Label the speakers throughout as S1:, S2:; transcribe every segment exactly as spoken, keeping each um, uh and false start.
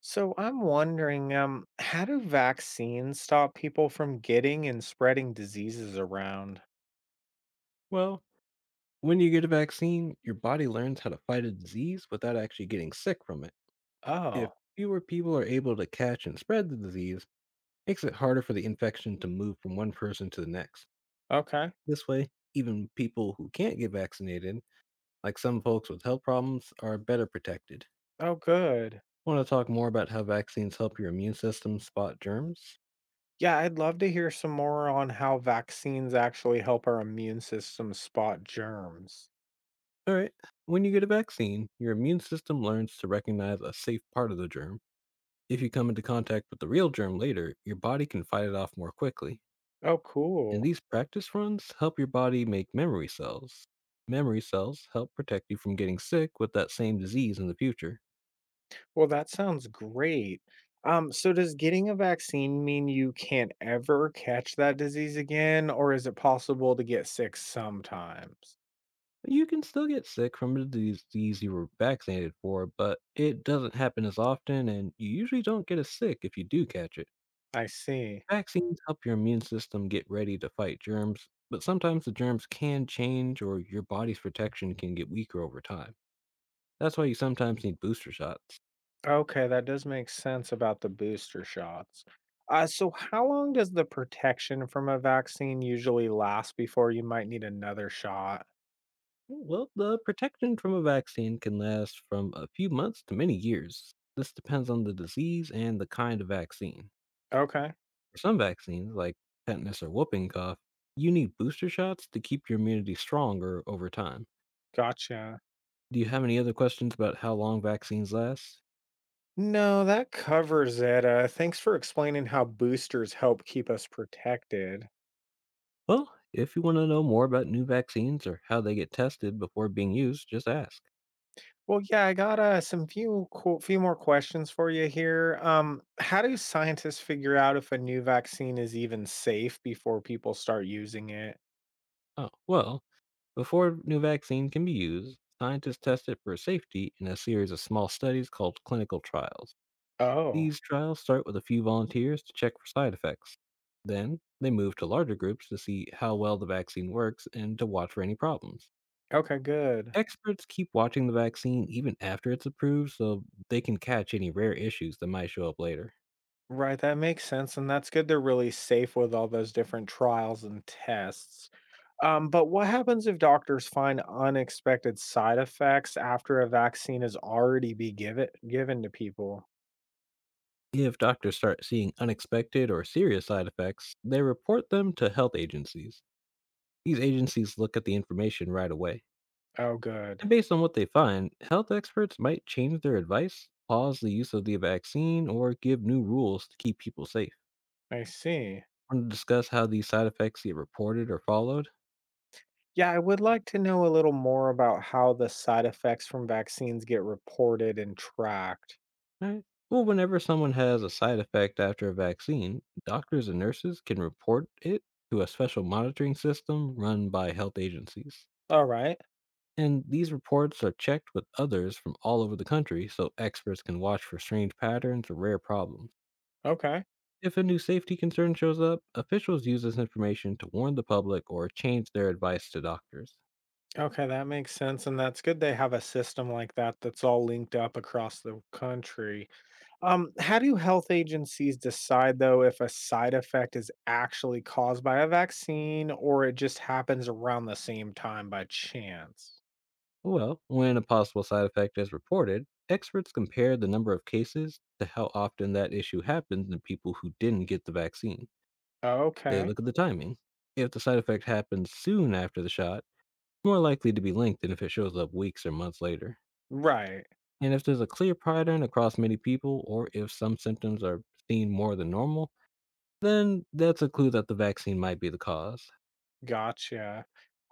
S1: So I'm wondering, um, how do vaccines stop people from getting and spreading diseases around?
S2: Well, when you get a vaccine, your body learns how to fight a disease without actually getting sick from it. If
S1: Oh,
S2: fewer people are able to catch and spread the disease, makes it harder for the infection to move from one person to the next.
S1: okay.
S2: This way, even people who can't get vaccinated, like some folks with health problems, are better protected.
S1: Oh, good.
S2: Want to talk more about how vaccines help your immune system spot germs?
S1: Yeah, I'd love to hear some more on how vaccines actually help our immune system spot germs.
S2: All right. When you get a vaccine, your immune system learns to recognize a safe part of the germ. If you come into contact with the real germ later, your body can fight it off more quickly.
S1: Oh,
S2: And
S1: cool.
S2: these practice runs help your body make memory cells. Memory cells help protect you from getting sick with that same disease in the future.
S1: Well, that sounds great. Um, so does getting a vaccine mean you can't ever catch that disease again, or is it possible to get sick sometimes?
S2: You can still get sick from the disease you were vaccinated for, but it doesn't happen as often, and you usually don't get as sick if you do catch it.
S1: I see.
S2: Vaccines help your immune system get ready to fight germs, but sometimes the germs can change or your body's protection can get weaker over time. That's why you sometimes need booster shots.
S1: Okay, that does make sense about the booster shots. Uh, so, how long does the protection from a vaccine usually last before you might need another shot?
S2: Well, the protection from a vaccine can last from a few months to many years. This depends on the disease and the kind of vaccine.
S1: Okay,
S2: For some vaccines, like tetanus or whooping cough, you need booster shots to keep your immunity stronger over time.
S1: gotcha.
S2: Do you have any other questions about how long vaccines last?
S1: No, that covers it. Uh, thanks for explaining how boosters help keep us protected.
S2: Well, if you want to know more about new vaccines or how they get tested before being used, just ask.
S1: Well, yeah, I got uh, some few qu- few more questions for you here. Um, how do scientists figure out if a new vaccine is even safe before people start using it?
S2: Oh, well, before a new vaccine can be used, scientists test it for safety in a series of small studies called clinical trials.
S1: Oh,
S2: These trials start with a few volunteers to check for side effects. Then, they move to larger groups to see how well the vaccine works and to watch for any problems.
S1: okay, good.
S2: Experts keep watching the vaccine even after it's approved so they can catch any rare issues that might show up later.
S1: Right, that makes sense, and that's good they're really safe with all those different trials and tests. Um, but what happens if doctors find unexpected side effects after a vaccine has already be given given to people?
S2: If doctors start seeing unexpected or serious side effects, they report them to health agencies. These agencies look at the information right away.
S1: Oh, good.
S2: And based on what they find, health experts might change their advice, pause the use of the vaccine, or give new rules to keep people safe.
S1: I see.
S2: Want to discuss how these side effects get reported or followed?
S1: Yeah, I would like to know a little more about how the side effects from vaccines get reported and tracked.
S2: Alright. Well, whenever someone has a side effect after a vaccine, doctors and nurses can report it to a special monitoring system run by health agencies.
S1: All right.
S2: And these reports are checked with others from all over the country so experts can watch for strange patterns or rare problems.
S1: Okay.
S2: If a new safety concern shows up, officials use this information to warn the public or change their advice to doctors.
S1: Okay, that makes sense. And that's good they have a system like that that's all linked up across the country. Um, how do health agencies decide, though, if a side effect is actually caused by a vaccine or it just happens around the same time by chance?
S2: Well, when a possible side effect is reported, experts compare the number of cases to how often that issue happens in people who didn't get the vaccine. They
S1: Okay.
S2: look at the timing. If the side effect happens soon after the shot, it's more likely to be linked than if it shows up weeks or months later.
S1: Right.
S2: And if there's a clear pattern across many people, or if some symptoms are seen more than normal, then that's a clue that the vaccine might be the cause.
S1: Gotcha.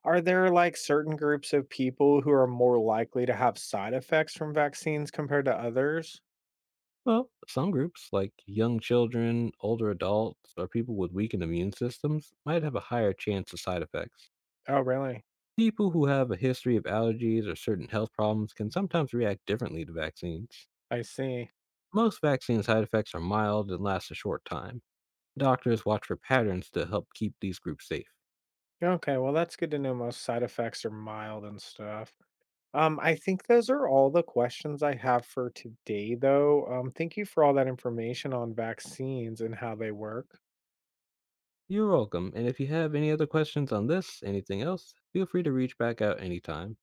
S1: Are there like certain groups of people who are more likely to have side effects from vaccines compared to others?
S2: Well, some groups, like young children, older adults, or people with weakened immune systems, might have a higher chance of side effects.
S1: Oh, really?
S2: People who have a history of allergies or certain health problems can sometimes react differently to vaccines.
S1: I see.
S2: Most vaccine side effects are mild and last a short time. Doctors watch for patterns to help keep these groups safe.
S1: Okay. Well, that's good to know most side effects are mild and stuff. Um, I think those are all the questions I have for today, though. Um, thank you for all that information on vaccines and how they work.
S2: You're welcome, and if you have any other questions on this, anything else, feel free to reach back out anytime.